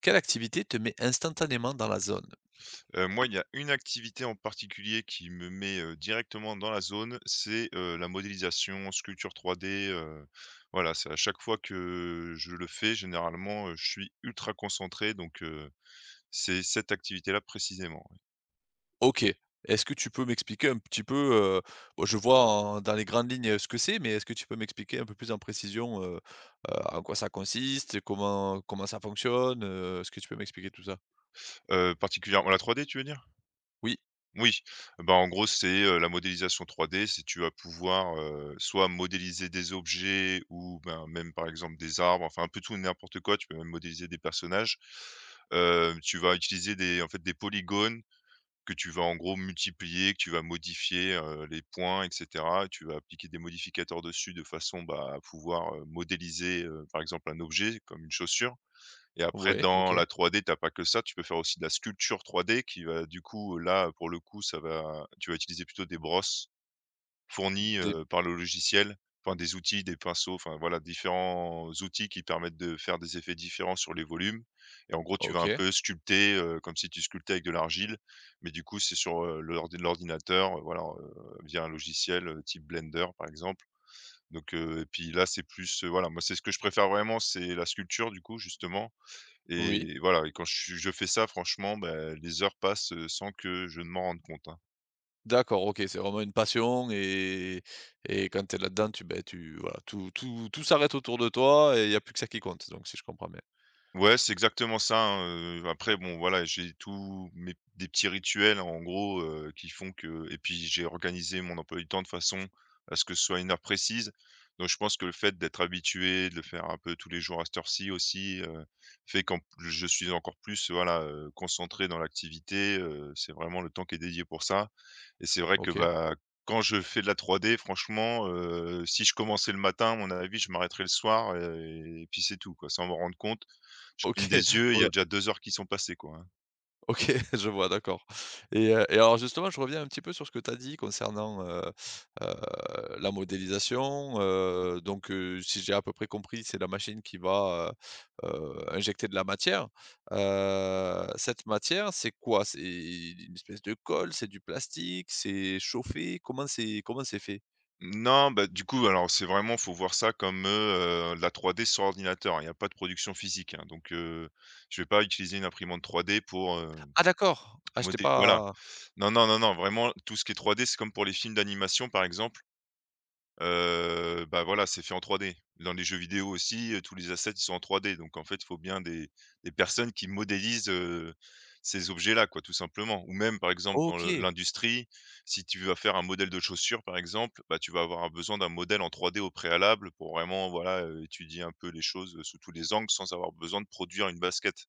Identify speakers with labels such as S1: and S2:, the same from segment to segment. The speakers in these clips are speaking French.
S1: Quelle activité te met instantanément dans la zone?
S2: Moi, il y a une activité en particulier qui me met, directement dans la zone. C'est, la modélisation, sculpture 3D. Voilà, c'est à chaque fois que je le fais. Généralement, je suis ultra concentré, donc c'est cette activité-là précisément. Ouais.
S1: OK. Est-ce que tu peux m'expliquer un petit peu, heu, bon, je vois en dans les grandes lignes, ce que c'est, mais est-ce que tu peux m'expliquer un peu plus en précision, en quoi ça consiste? Comment ça fonctionne? Est-ce que tu peux m'expliquer tout ça?
S2: Particulièrement la 3D, tu veux dire?
S1: Oui,
S2: Oui, bah, en gros, c'est, la modélisation 3D. C'est tu vas pouvoir, soit modéliser des objets ou ben, même par exemple des arbres, enfin un peu tout et n'importe quoi. Tu peux même modéliser des personnages. Tu vas utiliser des en fait des polygones que tu vas en gros multiplier, que tu vas modifier, les points et cetera. Tu vas appliquer des modificateurs dessus de façon, bah, à pouvoir, modéliser, par exemple un objet comme une chaussure. Et après
S1: ouais,
S2: dans
S1: OK.
S2: la 3D, t'as pas que ça, tu peux faire aussi de la sculpture 3D qui va du coup, là, pour le coup, ça va tu vas utiliser plutôt des brosses fournies,
S1: Des
S2: par le logiciel, enfin des outils, des pinceaux, enfin voilà, différents outils qui permettent de faire des effets différents sur les volumes. Et en gros, tu vas un
S1: OK,
S2: peu sculpter, comme si tu sculptais avec de l'argile, mais du coup, c'est sur, l'ordinateur, voilà, via un logiciel, type Blender, par exemple. Donc et puis là, c'est plus, voilà, moi, c'est ce que je préfère vraiment, c'est la sculpture du coup, justement.
S1: oui.
S2: Et voilà, et quand je fais ça franchement, bah, les heures passent, sans que je ne m'en rende compte, hein.
S1: D'accord, OK, c'est vraiment une passion et quand tu es là-dedans, tu ben, tu voilà, tout s'arrête autour de toi et il y a plus que ça qui compte, donc si je comprends bien. Mmh.
S2: Ouais, c'est exactement ça, hein. Après bon voilà, j'ai tous mes des petits rituels en gros, qui font que et puis j'ai organisé mon emploi du temps de façon à ce que ce soit une heure précise. Donc je pense que le fait d'être habitué, de le faire un peu tous les jours à cette heure-ci aussi, fait qu'en p je suis encore plus, voilà, concentré dans l'activité. C'est vraiment le temps qui est dédié pour ça. Et c'est vrai que,
S1: OK,
S2: bah, quand je fais de la 3D franchement, si je commençais le matin, à mon avis, je m'arrêterais le soir et puis c'est tout quoi, sans m'en rendre compte. Je cligne
S1: OK.
S2: des yeux, il y a
S1: ouais,
S2: déjà 2 heures qui sont passées, quoi, hein.
S1: OK, je vois, d'accord. Et alors justement, je reviens un petit peu sur ce que tu as dit concernant, la modélisation, si j'ai à peu près compris, c'est la machine qui va, injecter de la matière. Cette matière, c'est quoi? C'est une espèce de colle? C'est du plastique? C'est chauffé? Comment c'est fait?
S2: Non, bah, du coup, alors c'est vraiment faut voir ça comme, la 3D sur ordinateur, hein. Il y a pas de production physique, hein, donc je vais pas utiliser une imprimante 3D pour,
S1: Ah d'accord! Ah, je t'ai
S2: modé voilà.
S1: pas
S2: Non, non, non, non, vraiment tout ce qui est 3D, c'est comme pour les films d'animation, par exemple. Bah, voilà, c'est fait en 3D. Dans les jeux vidéo aussi, tous les assets, ils sont en 3D, donc en fait, il faut bien des personnes qui modélisent, ces objets-là, quoi, tout simplement. Ou même, par exemple, dans le
S1: OK,
S2: l'industrie, si tu vas faire un modèle de chaussure, par exemple, bah, tu vas avoir un besoin d'un modèle en 3D au préalable pour vraiment, voilà, étudier un peu les choses, sous tous les angles sans avoir besoin de produire une basket.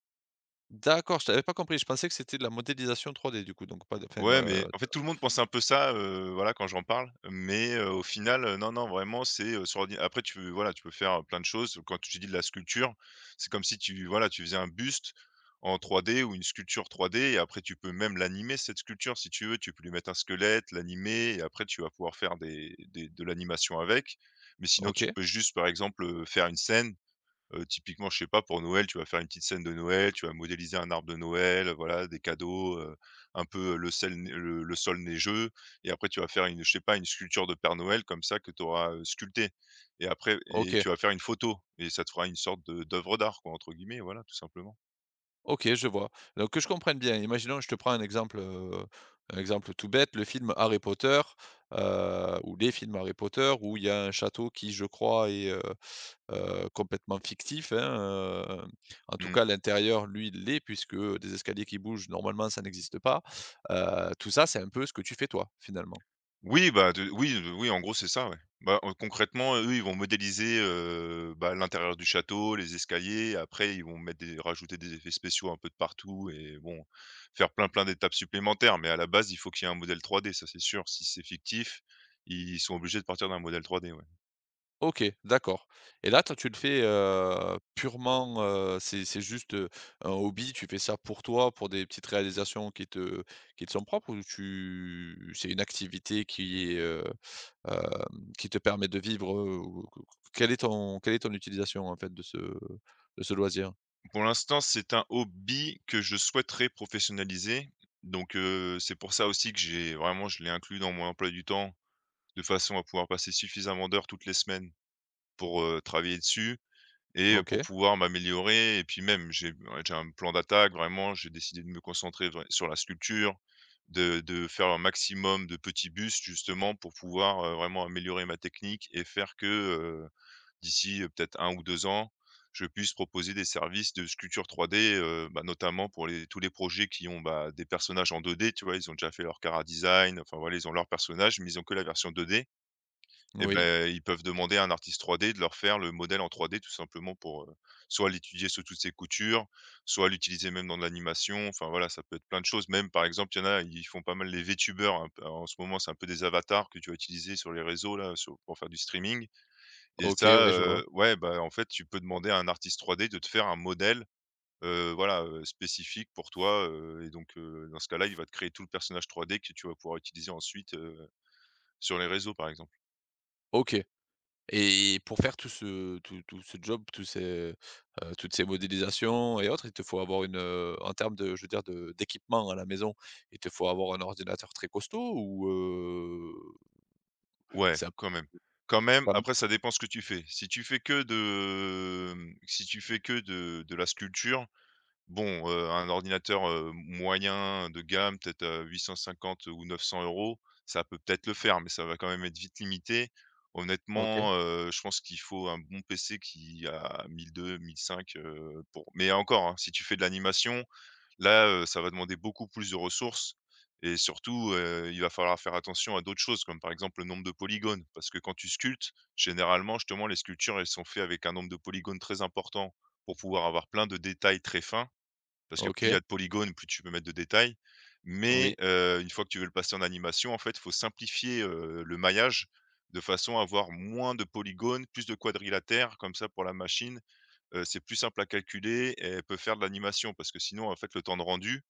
S1: d'accord, je t'avais pas compris. Je pensais que c'était de la modélisation 3D du coup, donc pas de enfin,
S2: Ouais, mais en fait, tout le monde pense un peu ça, voilà, quand j'en parle, mais au final, non, non, vraiment, c'est, sur ordi après tu voilà, tu peux faire, plein de choses. Quand tu dis de la sculpture, c'est comme si tu voilà, tu faisais un buste en 3D ou une sculpture 3D. Et après tu peux même l'animer cette sculpture si tu veux. Tu peux lui mettre un squelette, l'animer et après tu vas pouvoir faire des de l'animation avec. Mais sinon,
S1: OK,
S2: tu peux juste, par exemple, faire une scène. Typiquement, je sais pas, pour Noël, tu vas faire une petite scène de Noël, tu vas modéliser un arbre de Noël, voilà, des cadeaux, un peu, le sel le sol neigeux. Et après tu vas faire une je sais pas, une sculpture de Père Noël comme ça que tu auras, sculptée. Et après et
S1: OK.
S2: tu vas faire une photo et ça te fera une sorte de d'œuvre d'art quoi, entre guillemets, voilà, tout simplement.
S1: OK, je vois. Donc que je comprenne bien, imaginons, je te prends un exemple tout bête, le film Harry Potter, ou les films Harry Potter où il y a un château qui, je crois, est, complètement fictif, hein, heu, en tout
S2: Mmh.
S1: cas l'intérieur, lui, l'est puisque, des escaliers qui bougent, normalement, ça n'existe pas. Tout ça, c'est un peu ce que tu fais toi, finalement?
S2: Oui, bah, de oui, oui, en gros, c'est ça, ouais. Bah, concrètement, eux, ils vont modéliser, bah, l'intérieur du château, les escaliers. Après, ils vont mettre des rajouter des effets spéciaux un peu de partout et bon, faire plein, plein d'étapes supplémentaires. Mais à la base, il faut qu'il y ait un modèle 3D, ça, c'est sûr. Si c'est fictif, ils sont obligés de partir d'un modèle 3D, ouais.
S1: OK, d'accord et là, toi, tu le fais, purement, c'est juste, un hobby, tu fais ça pour toi, pour des petites réalisations qui te sont propres ou tu c'est une activité qui est, qui te permet de vivre, ou q quelle est ton utilisation, en fait, de ce loisir?
S2: Pour l'instant, c'est un hobby que je souhaiterais professionnaliser. Donc c'est pour ça aussi que j'ai vraiment je l'ai inclus dans mon emploi du temps, de façon à pouvoir passer suffisamment d'heures toutes les semaines pour, travailler dessus. Et pour
S1: OK,
S2: pouvoir m'améliorer. Et puis même j'ai un plan d'attaque vraiment, j'ai décidé de me concentrer vrai sur la sculpture, de faire un maximum de petits bustes justement pour pouvoir, vraiment améliorer ma technique et faire que, d'ici, peut-être 1 ou 2 ans, je puisse proposer des services de sculpture 3D, bah, notamment pour les tous les projets qui ont, bah, des personnages en 2D, tu vois? Ils ont déjà fait leur chara-design, enfin voilà, ils ont leur personnage, mais ils ont que la version 2D. Et
S1: oui,
S2: ben, ils peuvent demander à un artiste 3D de leur faire le modèle en 3D tout simplement pour, soit l'étudier sous toutes ses coutures, soit l'utiliser même dans de l'animation. Enfin voilà, ça peut être plein de choses. Même par exemple, il y en a, ils font pas mal les VTubers un peu en ce moment, c'est un peu des avatars que tu vas utiliser sur les réseaux là, sur pour faire du streaming. Et
S1: OK,
S2: ça,
S1: ouais, je vois.
S2: ouais, bah, en fait, tu peux demander à un artiste 3D de te faire un modèle, voilà, spécifique pour toi. Et donc dans ce cas-là, il va te créer tout le personnage 3D que tu vas pouvoir utiliser ensuite, sur les réseaux, par exemple.
S1: OK. Et pour faire tout ce tout ce job, tous ces, toutes ces modélisations et autres, il te faut avoir une, en termes de je veux dire de d'équipement à la maison, il te faut avoir un ordinateur très costaud ou,
S2: Ouais,
S1: c'est ça
S2: quand même. Quand même,
S1: pas m
S2: après ça dépend ce que tu fais. Si tu fais que de, Si tu fais que de la sculpture, bon, un ordinateur, moyen de gamme, peut-être à 850 ou 900 euros, ça peut peut-être le faire, mais ça va quand même être vite limité.
S1: OK,
S2: Honnêtement, je pense qu'il faut un bon PC qui a 1200-1500, pour mais encore, hein, si tu fais de l'animation. Là, ça va demander beaucoup plus de ressources et surtout, il va falloir faire attention à d'autres choses, comme par exemple le nombre de polygones. Parce que quand tu sculptes, généralement, justement, les sculptures, elles sont faites avec un nombre de polygones très important pour pouvoir avoir plein de détails très fins. Parce que plus il y
S1: OK,
S2: a de polygones, plus tu peux mettre de détails. Mais,
S1: oui,
S2: une fois que tu veux le passer en animation, en fait, il faut simplifier, le maillage de façon à avoir moins de polygones, plus de quadrilatères. Comme ça, pour la machine, c'est plus simple à calculer et elle peut faire de l'animation. Parce que sinon, en fait, le temps de rendu,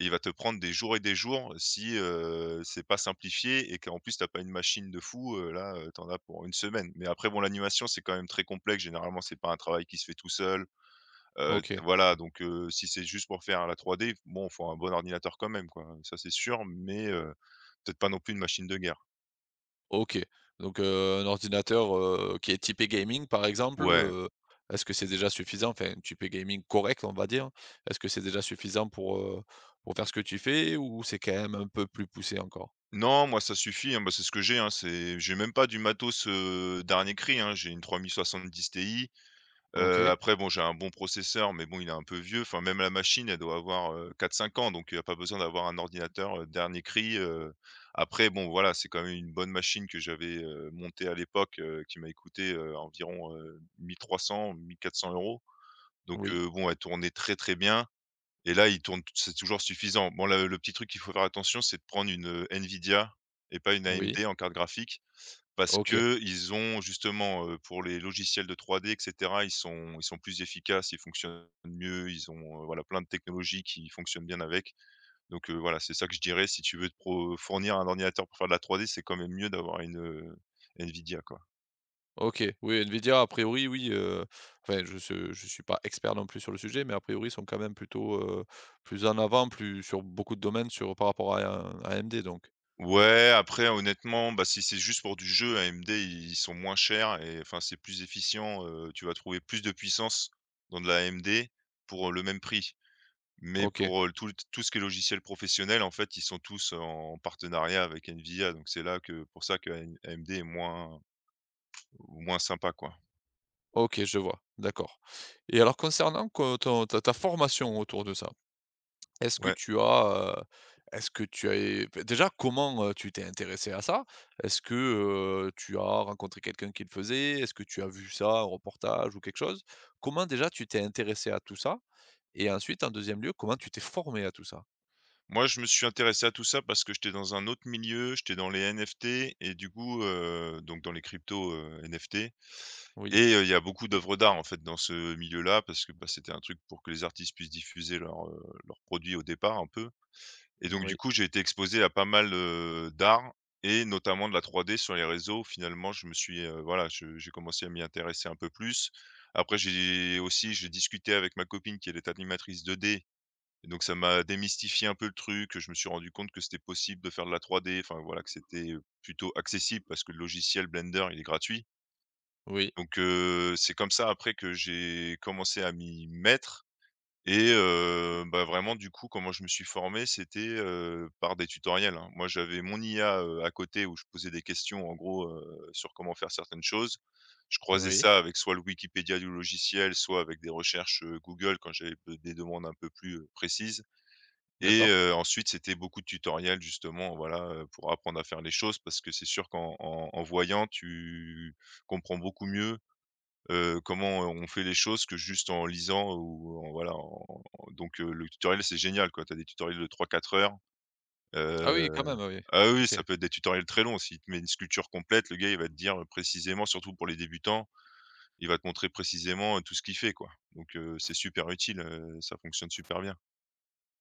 S2: et il va te prendre des jours et des jours si, c'est pas simplifié et qu'en plus t'as pas une machine de fou, là, tu as pour une semaine. Mais après bon, l'animation, c'est quand même très complexe. Généralement, c'est pas un travail qui se fait tout seul,
S1: OK,
S2: voilà. Donc si c'est juste pour faire la 3D, bon, faut un bon ordinateur quand même quoi, ça c'est sûr, mais peut-être pas non plus une machine de guerre.
S1: OK. Donc, un ordinateur, qui est typé gaming par exemple,
S2: Ouais.
S1: est-ce que c'est déjà suffisant? Enfin typé gaming correct on va dire. Est-ce que c'est déjà suffisant pour faire ce que tu fais ou c'est quand même un peu plus poussé encore?
S2: Non, moi ça suffit, hein, bah, c'est ce que j'ai, hein, c'est j'ai même pas du matos, dernier cri, hein. J'ai une 3070 Ti.
S1: OK,
S2: Après bon, j'ai un bon processeur, mais bon, il est un peu vieux. Enfin, même la machine, elle doit avoir, 4-5 ans, donc il n'y a pas besoin d'avoir un ordinateur, dernier cri. Après bon, voilà, c'est quand même une bonne machine que j'avais, montée à l'époque, qui m'a coûté, environ, 1 300-1 400 €. Donc
S1: oui.
S2: bon, elle tournait très, très bien. Et là, il tourne c'est toujours suffisant. Bon, le petit truc qu'il faut faire attention, c'est de prendre une, Nvidia et pas une
S1: Oui,
S2: AMD en carte graphique parce
S1: OK,
S2: que ils ont justement, pour les logiciels de 3D et cetera, ils sont plus efficaces, ils fonctionnent mieux, ils ont, voilà, plein de technologies qui fonctionnent bien avec. Donc, voilà, c'est ça que je dirais, si tu veux te pro fournir un ordinateur pour faire de la 3D, c'est quand même mieux d'avoir une, Nvidia, quoi.
S1: OK. Oui, Nvidia, a priori, oui, enfin, je se je suis pas expert non plus sur le sujet, mais a priori, ils sont quand même plutôt, plus en avant, plus sur beaucoup de domaines sur par rapport à AMD donc.
S2: Ouais, après honnêtement, bah, si c'est juste pour du jeu, AMD, ils sont moins chers et enfin, c'est plus efficient, tu vas trouver plus de puissance dans de la AMD pour, le même prix. Mais
S1: OK,
S2: pour, tout ce qui est logiciel professionnel, en fait, ils sont tous en partenariat avec NVIDIA, donc c'est là que pour ça que A AMD est moins sympa, quoi.
S1: OK, je vois, d'accord et alors concernant co ton ta ta formation autour de ça, est-ce que
S2: Ouais.
S1: tu as, est-ce que tu as enfin, déjà, comment, tu t'es intéressé à ça? Est-ce que, tu as rencontré quelqu'un qui le faisait? Est-ce que tu as vu ça, un reportage ou quelque chose? Comment déjà tu t'es intéressé à tout ça et ensuite, en deuxième lieu, comment tu t'es formé à tout ça?
S2: Moi, je me suis intéressé à tout ça parce que j'étais dans un autre milieu, j'étais dans les NFT et du coup, donc dans les cryptos, NFT
S1: Oui,
S2: et il y a beaucoup d'œuvres d'art, en fait, dans ce milieu-là parce que, bah, c'était un truc pour que les artistes puissent diffuser leurs, leurs produits au départ un peu. Et donc du
S1: oui,
S2: coup, j'ai été exposé à pas mal, d'art et notamment de la 3D sur les réseaux. Finalement, je me suis, voilà, je j'ai commencé à m'y intéresser un peu plus. Après j'ai discuté avec ma copine qui elle est animatrice 2D et donc ça m'a démystifié un peu le truc. Je me suis rendu compte que c'était possible de faire de la 3D, enfin voilà, que c'était, plutôt accessible parce que le logiciel Blender, il est gratuit.
S1: oui,
S2: Donc c'est comme ça après que j'ai commencé à m'y mettre et bah, vraiment du coup comment je me suis formé c'était, par des tutoriels, hein. Moi j'avais mon IA, à côté où je posais des questions en gros, sur comment faire certaines choses. Je croisais
S1: oui,
S2: ça avec soit le Wikipédia du logiciel, soit avec des recherches, Google quand j'avais be des demandes un peu plus, précises et
S1: d'accord.
S2: ensuite c'était beaucoup de tutoriels justement voilà, pour apprendre à faire les choses parce que c'est sûr qu'en en en voyant tu comprends beaucoup mieux, comment on fait les choses que juste en lisant ou en voilà, en en donc le tutoriel, c'est génial, quoi. T'as des tutoriels de 3-4 heures, heu
S1: Ah oui, quand même, oui.
S2: ah oui,
S1: OK,
S2: ça peut être des tutoriels très longs. S'il te met une sculpture complète, le gars, il va te dire, précisément surtout pour les débutants, il va te montrer précisément, tout ce qu'il fait, quoi. Donc c'est super utile, ça fonctionne super bien.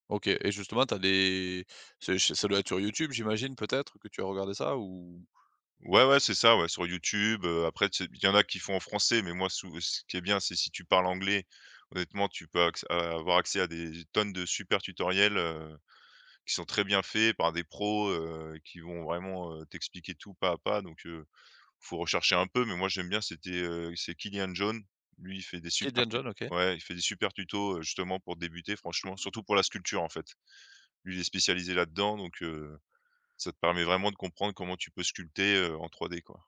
S1: OK et justement, t'as des c'est ça doit être sur YouTube, j'imagine, peut-être, que tu as regardé ça ou
S2: Ouais, ouais, c'est ça, ouais, sur YouTube, après, tu sais, il y en a qui font en français, mais moi, sou ce qui est bien, c'est si tu parles anglais, honnêtement, tu peux acc avoir accès à des tonnes de super tutoriels, qui sont très bien faits par des pros, qui vont vraiment, t'expliquer tout pas à pas donc faut rechercher un peu mais moi j'aime bien c'est Kylian John. Lui, il fait des
S1: Keith
S2: super
S1: John,
S2: tu
S1: John, OK.
S2: ouais, il fait des super tutos, justement pour débuter franchement, surtout pour la sculpture, en fait. Lui, il est spécialisé là-dedans donc ça te permet vraiment de comprendre comment tu peux sculpter, en 3D, quoi.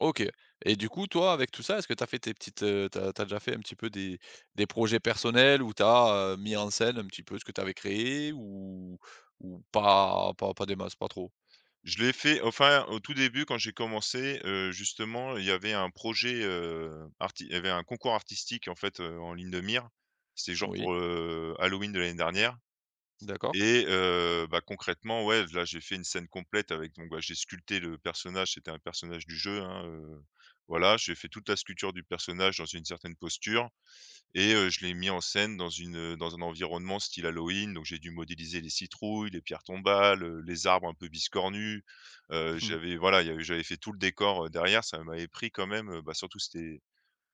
S1: OK et du coup, toi, avec tout ça, est-ce que tu as fait tes petites, tu as déjà fait un petit peu des projets personnels où t'as as, mis en scène un petit peu ce que t'avais créé ou pas des masses, pas trop?
S2: Je l'ai fait enfin, au tout début quand j'ai commencé, justement, il y avait un concours artistique, en fait, en ligne de mire. C'était genre
S1: Oui,
S2: pour, Halloween de l'année dernière.
S1: d'accord.
S2: Et bah, concrètement, ouais, là, j'ai fait une scène complète avec donc, bah, j'ai sculpté le personnage, c'était un personnage du jeu, hein, voilà. J'ai fait toute la sculpture du personnage dans une certaine posture et je l'ai mis en scène dans dans un environnement style Halloween, donc j'ai dû modéliser les citrouilles, les pierres tombales, les arbres un peu biscornus.
S1: Mmh.
S2: J'avais voilà, il y avait j'avais fait tout le décor, derrière, ça m'avait pris quand même, bah, surtout c'était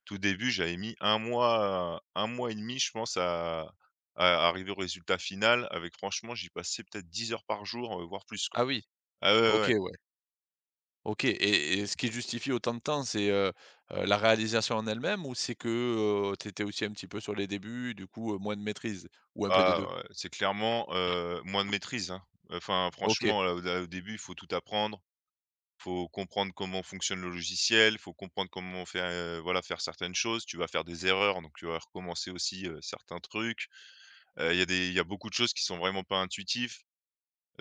S2: tout début, j'avais mis un mois et demi, je pense, à arriver au résultat final avec franchement, j'y passais peut-être 10 heures par jour, voire plus, quoi.
S1: Ah oui,
S2: Ah ouais, ouais,
S1: OK,
S2: ouais.
S1: ouais. OK et ce qui justifie autant de temps, c'est, la réalisation en elle-même ou c'est que, tu étais aussi un petit peu sur les débuts, du coup, moins de maîtrise? Ou un peu des
S2: Ah
S1: deux
S2: ouais, c'est clairement, moins de maîtrise, hein. Enfin,
S1: OK,
S2: franchement, là, au début, il faut tout apprendre, faut comprendre comment fonctionne le logiciel, faut comprendre comment faire, voilà, faire certaines choses. Tu vas faire des erreurs, donc tu vas recommencer aussi, certains trucs. Il y a beaucoup de choses qui sont vraiment pas intuitives.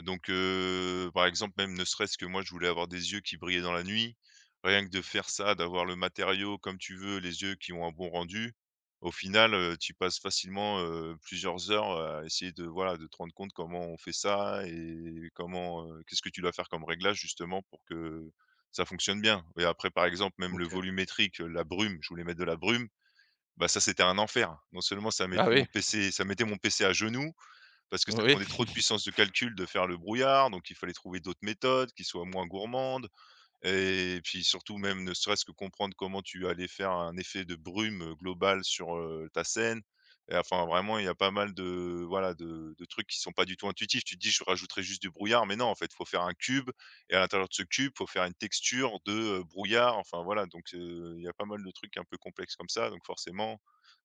S2: Donc, par exemple, même ne serait-ce que moi, je voulais avoir des yeux qui brillaient dans la nuit. Rien que de faire ça, d'avoir le matériau comme tu veux, les yeux qui ont un bon rendu, au final, tu passes facilement, plusieurs heures à essayer de, voilà, de te rendre compte comment on fait ça et comment, qu'est-ce que tu dois faire comme réglage justement pour que ça fonctionne bien et après, par exemple, même le
S1: OK.
S2: volumétrique, la brume, je voulais mettre de la brume, bah, ça, c'était un enfer. Non seulement
S1: Ah
S2: ça mettait
S1: oui,
S2: mon PC ça mettait mon PC à genoux, parce que ça
S1: oui,
S2: demandait trop de puissance de calcul de faire le brouillard, donc il fallait trouver d'autres méthodes qui soient moins gourmandes, et puis surtout même ne serait-ce que comprendre comment tu allais faire un effet de brume, globale sur, ta scène et enfin vraiment il y a pas mal de voilà de trucs qui sont pas du tout intuitifs. Tu te dis: «Je rajouterai juste du brouillard», mais non en fait, faut faire un cube et à l'intérieur de ce cube, faut faire une texture de, brouillard, enfin voilà donc il y a pas mal de trucs un peu complexes comme ça donc forcément,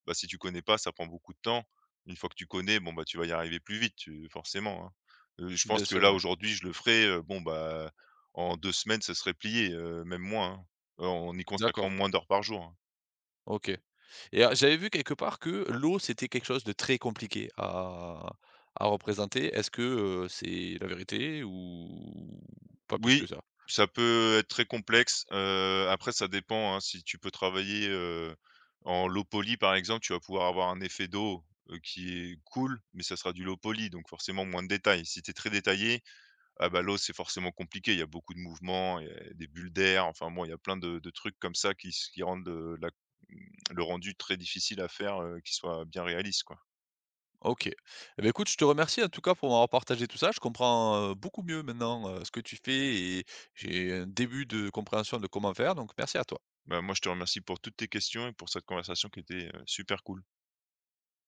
S2: bah, si tu connais pas, ça prend beaucoup de temps. Une fois que tu connais, bon, bah, tu vas y arriver plus vite, tu forcément, hein. Je pense
S1: bien
S2: que
S1: sûr,
S2: là
S1: oui.
S2: aujourd'hui je le ferai, bon, bah, en 2 semaines, ça serait plié, même moins, hein, en y
S1: D'accord,
S2: consacrant moins d'heures par jour, hein.
S1: OK. Et j'avais vu quelque part que l'eau, c'était quelque chose de très compliqué à représenter. Est-ce que, c'est la vérité ou pas plus que
S2: Oui,
S1: ça?
S2: ça peut être très complexe, après ça dépend, hein, si tu peux travailler, en low poly par exemple, tu vas pouvoir avoir un effet d'eau, qui est cool, mais ça sera du low poly, donc forcément moins de détails. Si tu es très détaillé, ah bah, l'eau, c'est forcément compliqué, il y a beaucoup de mouvements, il y a des bulles d'air, enfin bon, il y a plein de trucs comme ça qui rendent, la mmh, le rendu très difficile à faire, qui soit bien réaliste, quoi.
S1: OK. Eh beh, écoute, je te remercie en tout cas pour m'avoir partagé tout ça. Je comprends, beaucoup mieux maintenant, ce que tu fais et j'ai un début de compréhension de comment faire, donc merci à toi.
S2: Bah, moi, je te remercie pour toutes tes questions et pour cette conversation qui était, super cool.